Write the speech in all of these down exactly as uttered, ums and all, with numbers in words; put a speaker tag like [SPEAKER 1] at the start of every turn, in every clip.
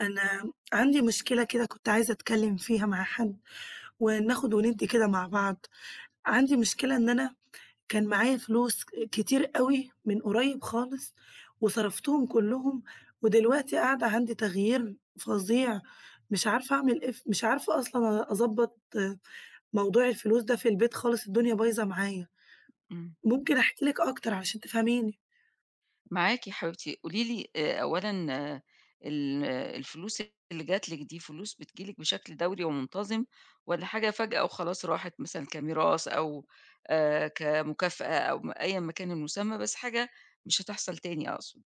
[SPEAKER 1] أنا عندي مشكلة كده كنت عايزة أتكلم فيها مع حد وناخد وندي كده مع بعض. عندي مشكلة إن أنا كان معايا فلوس كتير أوي من قريب خالص وصرفتهم كلهم، ودلوقتي قاعدة عندي تغيير فظيع مش عارفة أعمل إيه ف مش عارفة أصلًا أضبّط موضوع الفلوس ده في البيت خالص، الدنيا بايظة معايا.
[SPEAKER 2] إمم.
[SPEAKER 1] ممكن أحكي لِك أكتر علشان تفهميني.
[SPEAKER 2] معاكِ يا حبيبتي، قولي لي آآ أولًا، آه، ال آه، الفلوس اللي جات لِك دي فلوس بتيجي لِك بشكل دوري ومنتظم، والّا حاجة فجأة وخلاص راحت مثلًا كميراث أو آآ كمكافأة أو م أيًا ما كان المسمى، بس حاجة مش هتحصل تاني أقصد؟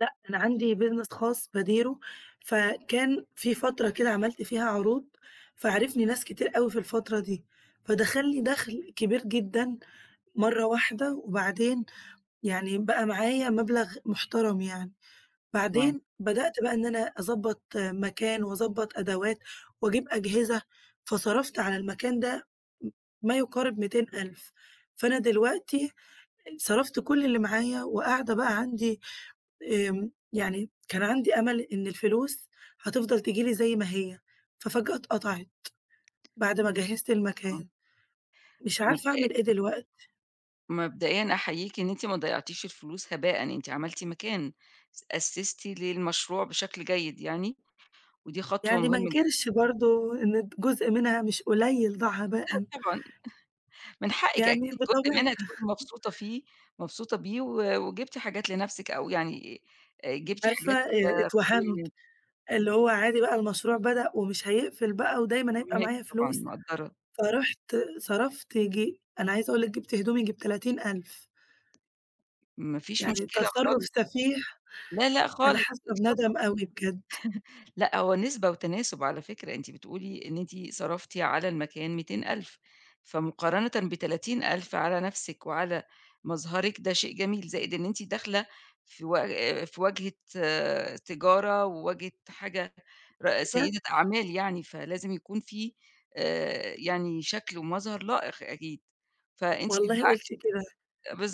[SPEAKER 1] لأ، أنا عندي business خاص باديره، فكان في فترة كده عملت فيها عروض، فعرفني ناس كتير أوي في الفترة دي، فدخل لي دخل كبير جدًا مرّة واحدة، وبعدين يعني بقى معايا مبلغ محترم يعني،
[SPEAKER 2] معاكِ.
[SPEAKER 1] بعدين بدأت بقى إن أنا أضبّط مكان وأضبّط أدوات وأجيب أجهزة، فصرفت على المكان ده ما يقارب مئتين ألف. فأنا دلوقتي صرفت كل اللي معايا وقاعدة بقى عندي آمم، يعني كان عندي أمل إن الفلوس هتفضل تيجي لي زي ما هي، ففجأة اتقطعت بعد ما جهّزت
[SPEAKER 2] آه.
[SPEAKER 1] المكان، مش عارفة
[SPEAKER 2] مبدئ
[SPEAKER 1] أعمل إيه دلوقتي،
[SPEAKER 2] مبدئيًا أحييكِ إن أنتِ ما ضيعتيش الفلوس هباءً، أنتِ عملتِ مكان، س أسستِ للمشروع بشكل جيد يعني، ودي خطوة
[SPEAKER 1] يعني ما
[SPEAKER 2] مهمة جدًا.
[SPEAKER 1] انكرش برضه إن جزء منها مش قليل ضاع هباءً،
[SPEAKER 2] طبعًا. من حقِك
[SPEAKER 1] يعني
[SPEAKER 2] أكيد جزء منها
[SPEAKER 1] بطبيعتي
[SPEAKER 2] تكوني مبسوطة فيه مبسوطة بيه و وجبتِ حاجات لنفسِك أو يعني آآ جبتِ
[SPEAKER 1] عارفة
[SPEAKER 2] حاجات.
[SPEAKER 1] آآ، اتوهمت اللي هو عادي بقى المشروع بدأ ومش هيقفل بقى ودايمًا هيبقى
[SPEAKER 2] فاهماكِ
[SPEAKER 1] معايا
[SPEAKER 2] طبعًا،
[SPEAKER 1] فلوس،
[SPEAKER 2] مقدّرة.
[SPEAKER 1] فرُحت صرفت ييجي أنا عايزة أقول لِك جِبت هدوم ييجي بتلاتين ألف.
[SPEAKER 2] ما فيش
[SPEAKER 1] يعني
[SPEAKER 2] مشكلة
[SPEAKER 1] تصرُّف
[SPEAKER 2] خالص.
[SPEAKER 1] سفيح،
[SPEAKER 2] لا، لأ
[SPEAKER 1] أنا
[SPEAKER 2] خالص
[SPEAKER 1] حاسة
[SPEAKER 2] إطلاقًا.
[SPEAKER 1] بندم أوي بجد،
[SPEAKER 2] لأ، هو نسبة وتناسب على فكرة. أنتِ بتقولي إن أنتِ صرفتِ على المكان مئتين ألف، فمقارنةً بتلاتين ألف على نفسِك وعلى مظهرِك ده شيء جميل، زائد إن أنتِ داخلة في و في واجهة آه، تجارة وواجهة حاجة ر
[SPEAKER 1] بجد
[SPEAKER 2] سيدة أعمال يعني، فلازم يكون في آآ، يعني شكل ومظهر لائق أكيد، فأنتِ
[SPEAKER 1] والله قُلت
[SPEAKER 2] بالعكس.
[SPEAKER 1] كده.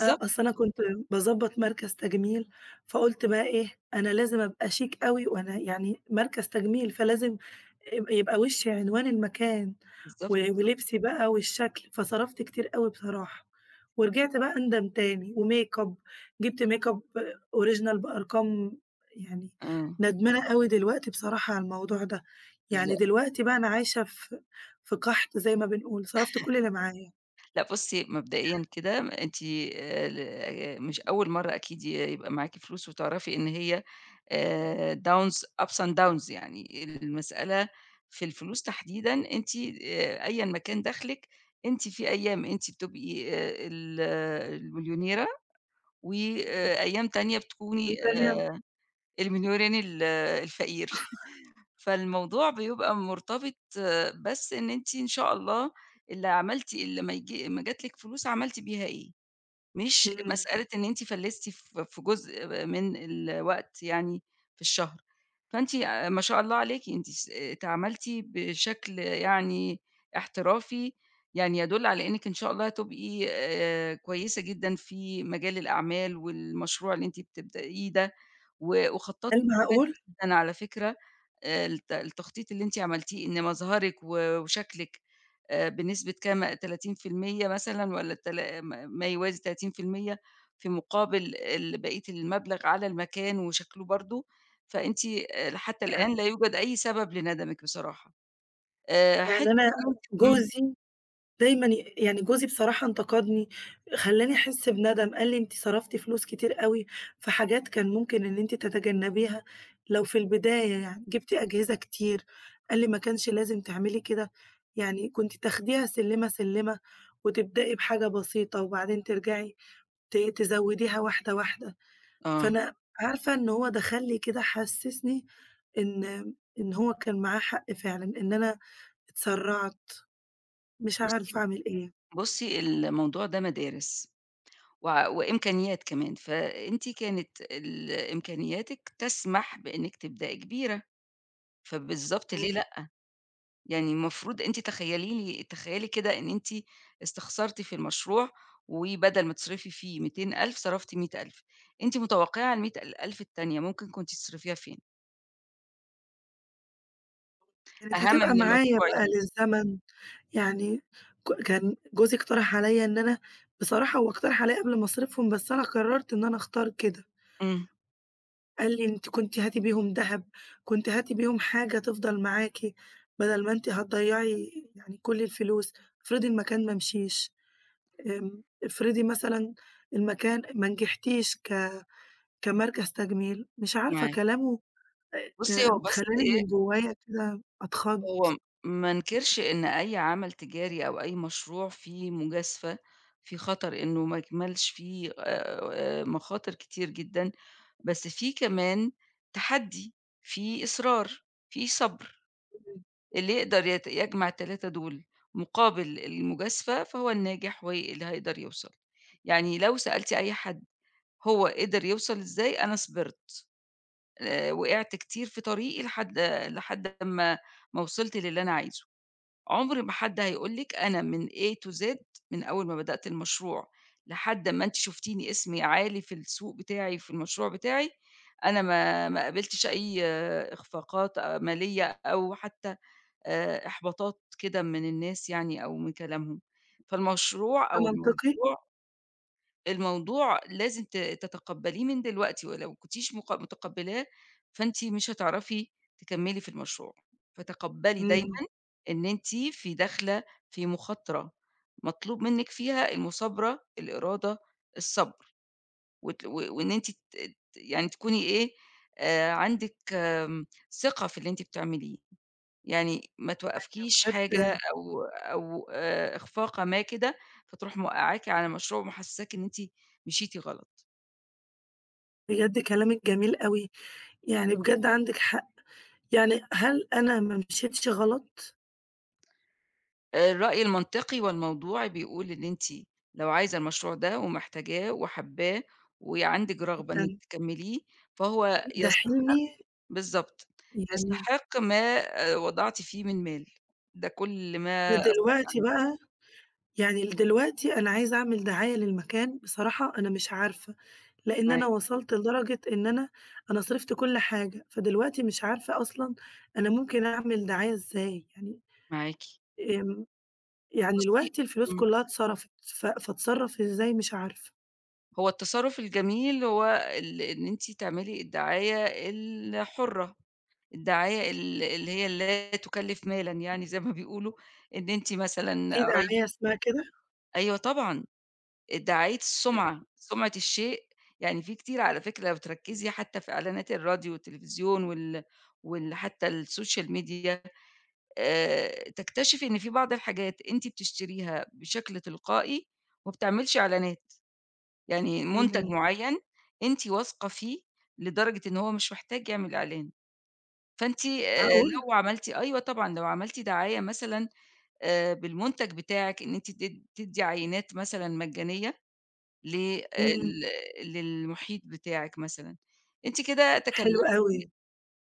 [SPEAKER 1] آه، أصل أنا كنت باضبّط مركز تجميل، فقُلت بقى إيه، أنا لازم أبقى شيك أوي وأنا يعني مركز تجميل، فلازم يب يبقى وشّي عنوان المكان و
[SPEAKER 2] بالضبط.
[SPEAKER 1] ولبسي بقى والشكل، فصرفت كتير أوي بصراحة، ورجعت بقى أندم تاني وmakeup جِبت makeup original بأرقام يعني
[SPEAKER 2] آه،
[SPEAKER 1] ندمانة أوي دلوقتي بصراحة على الموضوع ده، يعني
[SPEAKER 2] ل
[SPEAKER 1] دلوقتي بقى أنا عايشة في في قَحْط زي ما بنقول، صرفت كل اللي معايا.
[SPEAKER 2] لأ، بُصّي، مبدئيًا كده أنتِ آآ ل آآ مش أول مرّة أكيد ي يبقى معاكِ فلوس وتعرفي إن هي آآ downs ups and downs، يعني المسألة في الفلوس تحديدًا أنتِ آآ أيًا ما كان دخلِك، أنتِ في أيام أنتِ بتبقي آآ ال المليونيرة،
[SPEAKER 1] إمم،
[SPEAKER 2] وأيام تانية بتكوني آآ المليونير ال الفقير. فالموضوع بيبقى مرتبط آه، بس إن أنتِ إن شاء الله اللي عملتِ اللي ما يج ما جات لِك فلوس عملتِ بيها إيه. مش
[SPEAKER 1] إمم،
[SPEAKER 2] مسألة إن أنتِ فلِّستِ في في جزء من الوقت، يعني في الشهر، فأنتِ آآ ما شاء الله عليكِ، أنتِ س تعاملتِ بشكل يعني احترافي، يعني يدُل على إنِّك إن شاء الله هتبقي آآ كويسة جدًا في مجال الأعمال والمشروع اللي أنتِ بتبدئيه ده، و
[SPEAKER 1] إيه
[SPEAKER 2] وخطّطتِ كويس
[SPEAKER 1] المعقول؟!
[SPEAKER 2] جدًا على فكرة. آآ الت التخطيط اللي أنتِ عملتيه إن مظهرِك و وشكلِك آآ بنسبة كام تلاتين في المية مثلًا، والّا التلا ما ما يوازي تلاتين في المية في المية في مقابل ال بقية المبلغ على المكان وشكله برضه، فأنتِ آآ حتى
[SPEAKER 1] أ
[SPEAKER 2] الآن لا يوجد أي سبب لندمِك بصراحة. آآ
[SPEAKER 1] يعني
[SPEAKER 2] حتّة
[SPEAKER 1] أنا
[SPEAKER 2] إن أنتِ إمم،
[SPEAKER 1] جوزي دايمًا ي يعني جوزي بصراحة انتقدني، خلّاني أحس بندم، قال لي: "أنتِ صرفتِ فلوس كتير أوي في حاجات كان ممكن إن أنتِ تتجنبيها لو في البداية يعني، جبتِ أجهزة كتير." قال لي: "ما كانش لازم تعملي كده، يعني كنتِ تاخديها سلِّمة، سلِّمة وتبدئي بحاجة بسيطة وبعدين ترجعي ت تزوّديها واحدة، واحدة."
[SPEAKER 2] آه.
[SPEAKER 1] فأنا عارفة إن هو دخل لي كده حسّسني إن إن هو كان معاه حق فعلًا، إن أنا اتسرّعت. مش
[SPEAKER 2] بُصّي،
[SPEAKER 1] عارفة أعمل إيه،
[SPEAKER 2] بُصّي الموضوع ده مدارس وع وإمكانيات كمان، فأنتِ كانت ال إمكانياتِك تسمح بإنِّك تبدئي كبيرة، فبالضبط ليه
[SPEAKER 1] إمم،
[SPEAKER 2] لأ؟ يعني المفروض أنتِ تخيّلي لي، تخيّلي كده إن أنتِ استخسرتِ في المشروع، وبدل ما تصرفي فيه مئتين ألف صرفتِ مية ألف، أنتِ متوقعة المية ألف التانية ممكن كنتِ تصرفيها فين؟
[SPEAKER 1] كانت
[SPEAKER 2] أهم
[SPEAKER 1] هتبقى
[SPEAKER 2] من
[SPEAKER 1] معايا
[SPEAKER 2] المشروع
[SPEAKER 1] بقى
[SPEAKER 2] يعني.
[SPEAKER 1] للزمن، يعني ك كان جوزي اقترح عليَّ إن أنا بصراحة هو اقترح عليَّ قبل مصاريفهم، بس أنا قررت إن أنا أختار كده،
[SPEAKER 2] إمم،
[SPEAKER 1] قال لي: "أنتِ كنتِ هاتي بيهم دهب، كنتِ هاتي بيهم حاجة تفضل معاكِ، بدل ما أنتِ هتضيّعي يعني كل الفلوس، افرضي المكان ما مشيش، آمم، افرضي مثلًا المكان ما نجحتيش ك كمركز تجميل." مش عارفة
[SPEAKER 2] معاكِ.
[SPEAKER 1] كلامه
[SPEAKER 2] بُصّي، هو
[SPEAKER 1] آآ،
[SPEAKER 2] بس
[SPEAKER 1] خلّاني
[SPEAKER 2] إيه،
[SPEAKER 1] من جوايا كده أتخض.
[SPEAKER 2] هو ما ننكرش إن أي عمل تجاري أو أي مشروع فيه مجازفة، فيه خطر إنه ما يكملش، فيه آآ، مخاطر كتير جدًا، بس فيه كمان تحدي، فيه إصرار، فيه صبر. اللي يقدر يت يجمع التلاتة دول مقابل المجازفة، فهو الناجح واللي هيقدر يوصل. يعني لو سألتِ أي حد هو قدر يوصل إزاي، أنا صبرت، آآ وقعت كتير في طريقي لحد لحد أمّا ما وصلت للي أنا عايزه. عُمر ما حد هيقول لِك أنا من A to Z، من أول ما بدأت المشروع لحد أمّا أنتِ شُفتيني اسمي عالي في السوق بتاعي في المشروع بتاعي، أنا ما ما قابلتش أي آه، إخفاقات آه، مالية أو حتى آآ إحباطات كده من الناس يعني أو من كلامهم، فالمشروع
[SPEAKER 1] ده
[SPEAKER 2] أو الموضوع،
[SPEAKER 1] منطقي،
[SPEAKER 2] الموضوع لازم ت تتقبليه من دلوقتي، ولو كنتيش مق متقبلاه فأنتِ مش هتعرفي تكملي في المشروع، فتقبلي دايمًا
[SPEAKER 1] إمم،
[SPEAKER 2] إن أنتِ في داخلة في مخاطرة، مطلوب منِك فيها المثابرة، الإرادة، الصبر، وت و وإن أنتِ ت ت يعني تكوني إيه، آآ عندِك آمم ثقة في اللي أنتِ بتعمليه. يعني ما توقّفكيش حاجة
[SPEAKER 1] بجد
[SPEAKER 2] أو أو آآ إخفاق ما كده، فتروح موقّعاكِ على مشروع ومحسّساكِ إن أنتِ مشيتِ غلط.
[SPEAKER 1] بجد كلامِك جميل أوي، يعني بجد عندِك حق، يعني هل أنا ما مشيتش غلط؟
[SPEAKER 2] آآ الرأي المنطقي والموضوعي بيقول إن أنتِ لو عايزة المشروع ده ومحتاجاه وحابّاه وعندِك رغبة إنِّك
[SPEAKER 1] جدًا،
[SPEAKER 2] تكمّليه، فهو
[SPEAKER 1] ده
[SPEAKER 2] يستح
[SPEAKER 1] حلمي.
[SPEAKER 2] بالضبط،
[SPEAKER 1] يعني
[SPEAKER 2] يستحق ما آآ وضعتِ فيه من مال. ده كل
[SPEAKER 1] أنا
[SPEAKER 2] ما أستطيع
[SPEAKER 1] دلوقتي
[SPEAKER 2] أن أقوله.
[SPEAKER 1] بقى يعني دلوقتي أنا عايزة أعمل دعاية للمكان، بصراحة أنا مش عارفة، لإن أنا
[SPEAKER 2] معاكِ،
[SPEAKER 1] وصلت لدرجة إن أنا أنا صرفت كل حاجة، فدلوقتي مش عارفة أصلًا أنا ممكن أعمل دعاية إزاي، يعني
[SPEAKER 2] معاكِ.
[SPEAKER 1] آمم، يعني
[SPEAKER 2] بُصّي،
[SPEAKER 1] دلوقتي الفلوس
[SPEAKER 2] إمم.
[SPEAKER 1] كلها اتصرفت، ف فاتصرف إزاي مش عارفة،
[SPEAKER 2] هو التصرُّف الجميل هو ال إن أنتِ تعملي الدعاية الحُرّة، الدعاية ال اللي هي لا تُكلِّف مالًا، يعني زي ما بيقولوا، إن أنتِ
[SPEAKER 1] في
[SPEAKER 2] مثلًا قرايبِك.
[SPEAKER 1] دعاية اسمها كده؟
[SPEAKER 2] أيوه طبعًا، دعاية السُمعة، سُمعة الشيء. يعني في كتير على فكرة لو تركّزي حتى في إعلانات الراديو والتلفزيون وال وال حتى السوشيال ميديا، آآ تكتشفي إن في بعض الحاجات أنتِ بتشتريها بشكل تلقائي وما بتعملش إعلانات. يعني منتج
[SPEAKER 1] إمم،
[SPEAKER 2] معيّن أنتِ واثقة فيه لدرجة إن هو مش محتاج يعمل إعلان، فأنتِ آآ
[SPEAKER 1] معقول!
[SPEAKER 2] لو عملتِ. أيوه طبعًا، لو عملتِ دعاية مثلًا آآ بالمنتج بتاعِك، إن أنتِ تد تدّي عينات مثلًا مجانية لل
[SPEAKER 1] إمم،
[SPEAKER 2] للمحيط بتاعِك مثلًا، أنتِ كده
[SPEAKER 1] حلو
[SPEAKER 2] تكلّفت
[SPEAKER 1] أوي،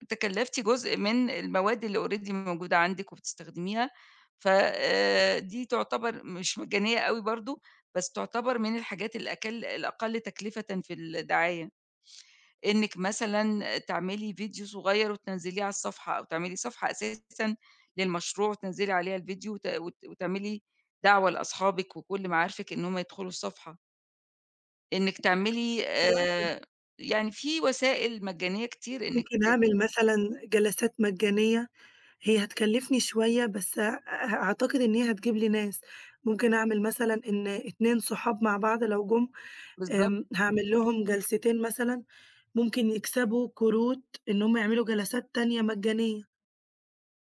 [SPEAKER 2] تكلّفتِ جزء من المواد اللي already موجودة عندِك وبتستخدميها، ف آآ دي تعتبر مش مجانية أوي برضه، بس تعتبر من الحاجات الأكل الأقل تكلفةً في الدعاية. إنِّك مثلًا تعملي فيديو صغير وتنزّليه على الصفحة، أو تعملي صفحة أساسًا للمشروع وتنزّلي عليها الفيديو وت وت وتعملي دعوة لأصحابِك وكل معارفِك إن هم يدخلوا الصفحة. إنِّك تعملي
[SPEAKER 1] حلو أوي.
[SPEAKER 2] آآ يعني في وسائل مجانية كتير إنِّك.
[SPEAKER 1] ممكن أعمل مثلًا جلسات مجانية، هي هتكلفني شوية بس أ أعتقد إن هي هتجيب لي ناس، ممكن أعمل مثلًا إن اتنين صحاب مع بعض لو جُم
[SPEAKER 2] بالضبط.
[SPEAKER 1] آمم، هاعمل لهم جلستين مثلًا، ممكن يكسبوا كروت إن هُم يعملوا جلسات تانية مجانية،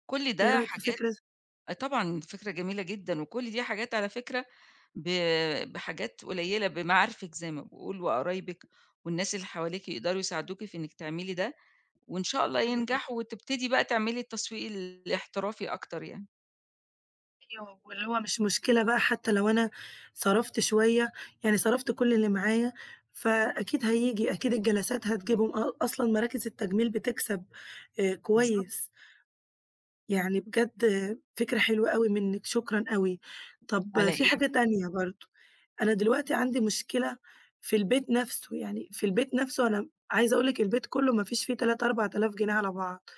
[SPEAKER 2] كل
[SPEAKER 1] إيه
[SPEAKER 2] ده
[SPEAKER 1] رأيك في
[SPEAKER 2] حاجات.
[SPEAKER 1] فكرة ز
[SPEAKER 2] آه طبعًا، فكرة جميلة جدًا، وكل دي حاجات على فكرة ب بحاجات قليّلة بمعارفِك زي ما باقول وقرايبِك والناس اللي حواليكِ يقدروا يساعدوكِ في إنِّك تعملي ده. وإن شاء الله
[SPEAKER 1] إمم.
[SPEAKER 2] ينجح وتبتدي بقى تعملي التسويق الاحترافي أكتر يعني.
[SPEAKER 1] أيوه، واللي هو مش مشكلة بقى حتى لو أنا صرفت شوية، يعني صرفت كل اللي معايا فأكيد هييجي، أكيد الجلسات هتجيبهم، أ أصلًا مراكز التجميل بتكسب آآ
[SPEAKER 2] بالضبط.
[SPEAKER 1] كويس، يعني بجد آه، فكرة حلوة أوي منِّك، شكرًا أوي. طب
[SPEAKER 2] على
[SPEAKER 1] آه، في
[SPEAKER 2] إيه،
[SPEAKER 1] حاجة تانية برضه، أنا دلوقتي عندي مشكلة في البيت نفسه، يعني في البيت نفسه أنا عايزة أقول لِك البيت كله ما فيش فيه تلات آلاف، أربعة آلاف جنيه على بعض.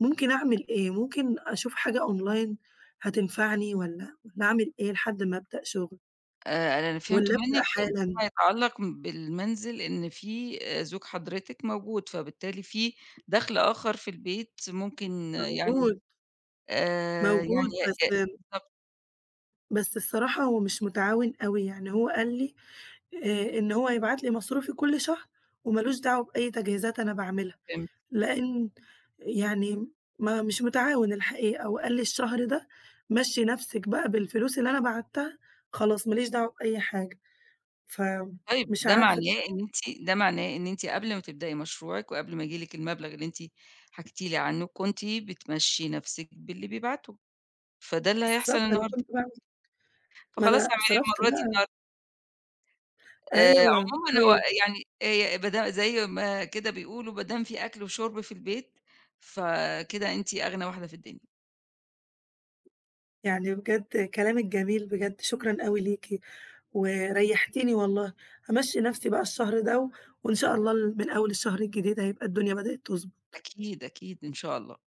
[SPEAKER 1] ممكن أعمل إيه؟ ممكن أشوف حاجة أونلاين هتنفعني والّا والّا أعمل إيه لحد ما أبدأ شغل
[SPEAKER 2] آآ أنا اللي فهمته
[SPEAKER 1] والّا أبدأ
[SPEAKER 2] منِّك
[SPEAKER 1] حالًا؟
[SPEAKER 2] فيما يتعلّق بالمنزل إن في آآ زوج حضرتِك موجود، فبالتالي في دَخْل آخر في البيت ممكن يعني
[SPEAKER 1] موجود،
[SPEAKER 2] آآ يعني
[SPEAKER 1] موجود بس
[SPEAKER 2] ي بالضبط.
[SPEAKER 1] بس الصراحة هو مش متعاون أوي، يعني هو قال لي آآ إن هو هيبعت لي مصروفي كل شهر ومالوش دعوة بأي تجهيزات أنا باعملها،
[SPEAKER 2] فهمت.
[SPEAKER 1] لإن يعني ما مش متعاون الحقيقة، وقال لي الشهر ده مشّي نَفْسِك بقى بالفلوس اللي أنا بعتّها خلاص ما ليش دعوة بأي حاجة،
[SPEAKER 2] طيب
[SPEAKER 1] فمش
[SPEAKER 2] ده
[SPEAKER 1] عارفة
[SPEAKER 2] معناه إن أنتِ ده معناه إن أنتِ قبل ما تبدئي مشروعِك وقبل ما ييجي لِك المبلغ اللي أنتِ حكيتِ لي عنّه، كنتِ بتمشّي نَفْسِك باللي بيبعته، فده اللي هيحصل
[SPEAKER 1] بالضبط أنا
[SPEAKER 2] النهارده،
[SPEAKER 1] كنت باعمل ما
[SPEAKER 2] فخلاص
[SPEAKER 1] أنا
[SPEAKER 2] اعملي
[SPEAKER 1] صرفت
[SPEAKER 2] المرّة دي
[SPEAKER 1] بقى
[SPEAKER 2] النها آآ
[SPEAKER 1] أيوه،
[SPEAKER 2] عمومًا، هو
[SPEAKER 1] طيب،
[SPEAKER 2] يعني آآ ما دام زي ما كده بيقولوا، ما دام في أكل وشرب في البيت، فكده أنتِ أغنى واحدة في الدنيا.
[SPEAKER 1] يعني بجد كلامِك جميل بجد، شكرًا أوي ليكِ وريّحتيني والله، هامشّي نَفْسي بقى الشهر ده و وإن شاء الله ال من أول الشهر الجديد هيبقى الدنيا بدأت تضبُط.
[SPEAKER 2] أكيد، أكيد إن شاء الله.